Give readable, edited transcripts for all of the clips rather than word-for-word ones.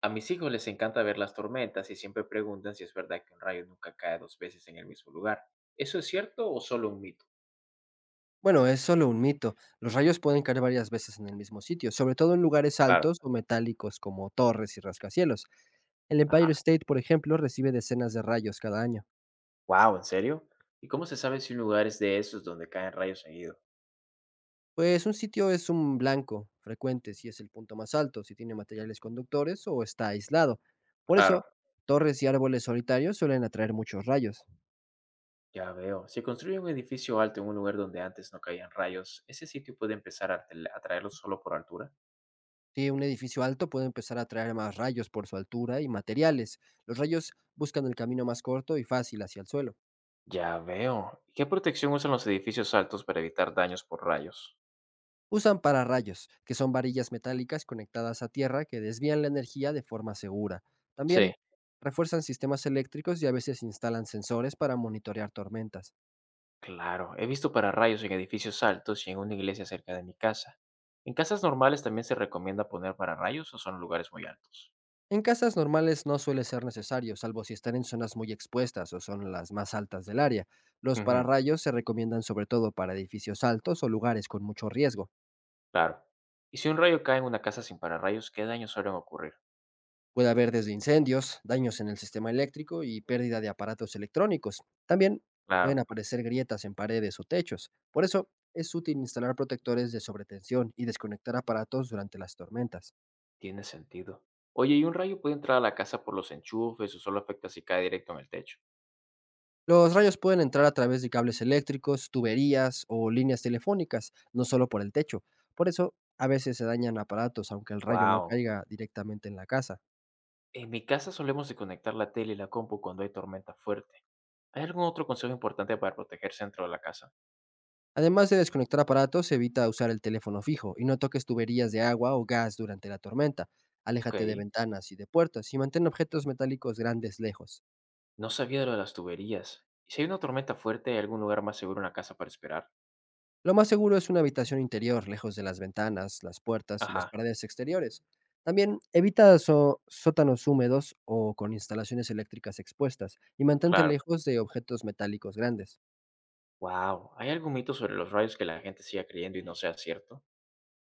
A mis hijos les encanta ver las tormentas y siempre preguntan si es verdad que un rayo nunca cae dos veces en el mismo lugar. ¿Eso es cierto o solo un mito? Bueno, es solo un mito. Los rayos pueden caer varias veces en el mismo sitio, sobre todo en lugares Claro. altos o metálicos como torres y rascacielos. El Empire Ajá. State, por ejemplo, recibe decenas de rayos cada año. Wow, ¿en serio? ¿Y cómo se sabe si un lugar es de esos donde caen rayos seguido? Pues un sitio es un blanco frecuente si es el punto más alto, si tiene materiales conductores o está aislado. Por Claro. eso, torres y árboles solitarios suelen atraer muchos rayos. Ya veo. Si construyen un edificio alto en un lugar donde antes no caían rayos, ¿ese sitio puede empezar a atraerlos solo por altura? Si un edificio alto puede empezar a atraer más rayos por su altura y materiales. Los rayos buscan el camino más corto y fácil hacia el suelo. Ya veo. ¿Y qué protección usan los edificios altos para evitar daños por rayos? Usan pararrayos, que son varillas metálicas conectadas a tierra que desvían la energía de forma segura. Sí. También refuerzan sistemas eléctricos y a veces instalan sensores para monitorear tormentas. Claro, he visto pararrayos en edificios altos y en una iglesia cerca de mi casa. ¿En casas normales también se recomienda poner pararrayos o son lugares muy altos? En casas normales no suele ser necesario, salvo si están en zonas muy expuestas o son las más altas del área. Los Ujú, pararrayos se recomiendan sobre todo para edificios altos o lugares con mucho riesgo. claro. ¿Y si un rayo cae en una casa sin pararrayos, qué daños suelen ocurrir? Puede haber desde incendios, daños en el sistema eléctrico y pérdida de aparatos electrónicos. También pueden Claro, aparecer grietas en paredes o techos. Por eso es útil instalar protectores de sobretensión y desconectar aparatos durante las tormentas. tiene sentido. Oye, ¿y un rayo puede entrar a la casa por los enchufes o solo afecta si cae directo en el techo? Los rayos pueden entrar a través de cables eléctricos, tuberías o líneas telefónicas, no solo por el techo. Por eso a veces se dañan aparatos aunque el rayo no Wow. caiga directamente en la casa. En mi casa solemos desconectar la tele y la compu cuando hay tormenta fuerte. ¿Hay algún otro consejo importante para protegerse dentro de la casa? Además de desconectar aparatos, evita usar el teléfono fijo y no toques tuberías de agua o gas durante la tormenta. Aléjate de Ok. ventanas y de puertas y mantén objetos metálicos grandes lejos. No sabía lo de las tuberías. ¿Y si hay una tormenta fuerte, hay algún lugar más seguro, una casa para esperar? Lo más seguro es una habitación interior, lejos de las ventanas, las puertas y las Ajá, paredes exteriores. También evita sótanos húmedos o con instalaciones eléctricas expuestas y mantente claro. lejos de objetos metálicos grandes. Wow, ¿hay algún mito sobre los rayos que la gente siga creyendo y no sea cierto?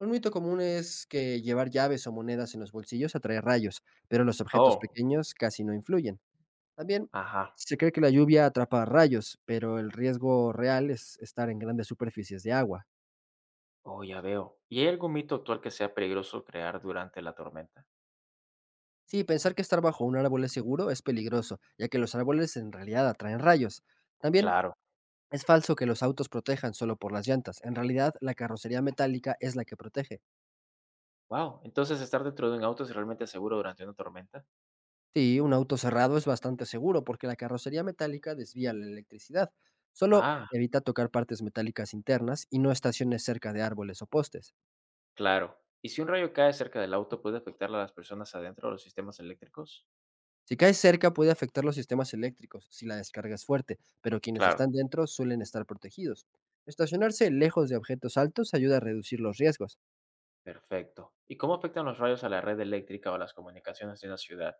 Un mito común es que llevar llaves o monedas en los bolsillos atrae rayos, pero los objetos Oh, pequeños casi no influyen. También ajá. se cree que la lluvia atrapa rayos, pero el riesgo real es estar en grandes superficies de agua. Oh, ya veo. ¿Y hay algún mito actual que sea peligroso crear durante la tormenta? Sí, pensar que estar bajo un árbol es seguro es peligroso, ya que los árboles en realidad atraen rayos. También Claro. es falso que los autos protejan solo por las llantas. En realidad, la carrocería metálica es la que protege. Wow, ¿entonces estar dentro de un auto es realmente seguro durante una tormenta? Sí, un auto cerrado es bastante seguro porque la carrocería metálica desvía la electricidad. Solo Ah, evita tocar partes metálicas internas y no estaciones cerca de árboles o postes. claro. ¿Y si un rayo cae cerca del auto puede afectar a las personas adentro o los sistemas eléctricos? Si cae cerca puede afectar los sistemas eléctricos si la descarga es fuerte, pero quienes Claro. están dentro suelen estar protegidos. Estacionarse lejos de objetos altos ayuda a reducir los riesgos. Perfecto. ¿Y cómo afectan los rayos a la red eléctrica o a las comunicaciones de una ciudad?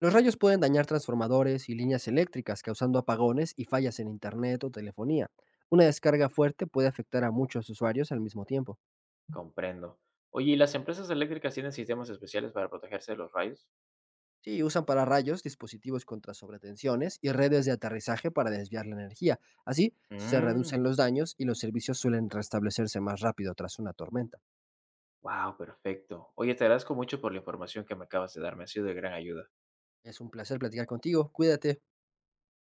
Los rayos pueden dañar transformadores y líneas eléctricas, causando apagones y fallas en Internet o telefonía. Una descarga fuerte puede afectar a muchos usuarios al mismo tiempo. Comprendo. Oye, ¿y las empresas eléctricas tienen sistemas especiales para protegerse de los rayos? Sí, usan para rayos dispositivos contra sobretensiones y redes de aterrizaje para desviar la energía. Así, se Mm, reducen los daños y los servicios suelen restablecerse más rápido tras una tormenta. wow, perfecto. Oye, te agradezco mucho por la información que me acabas de dar, me ha sido de gran ayuda. Es un placer platicar contigo. Cuídate.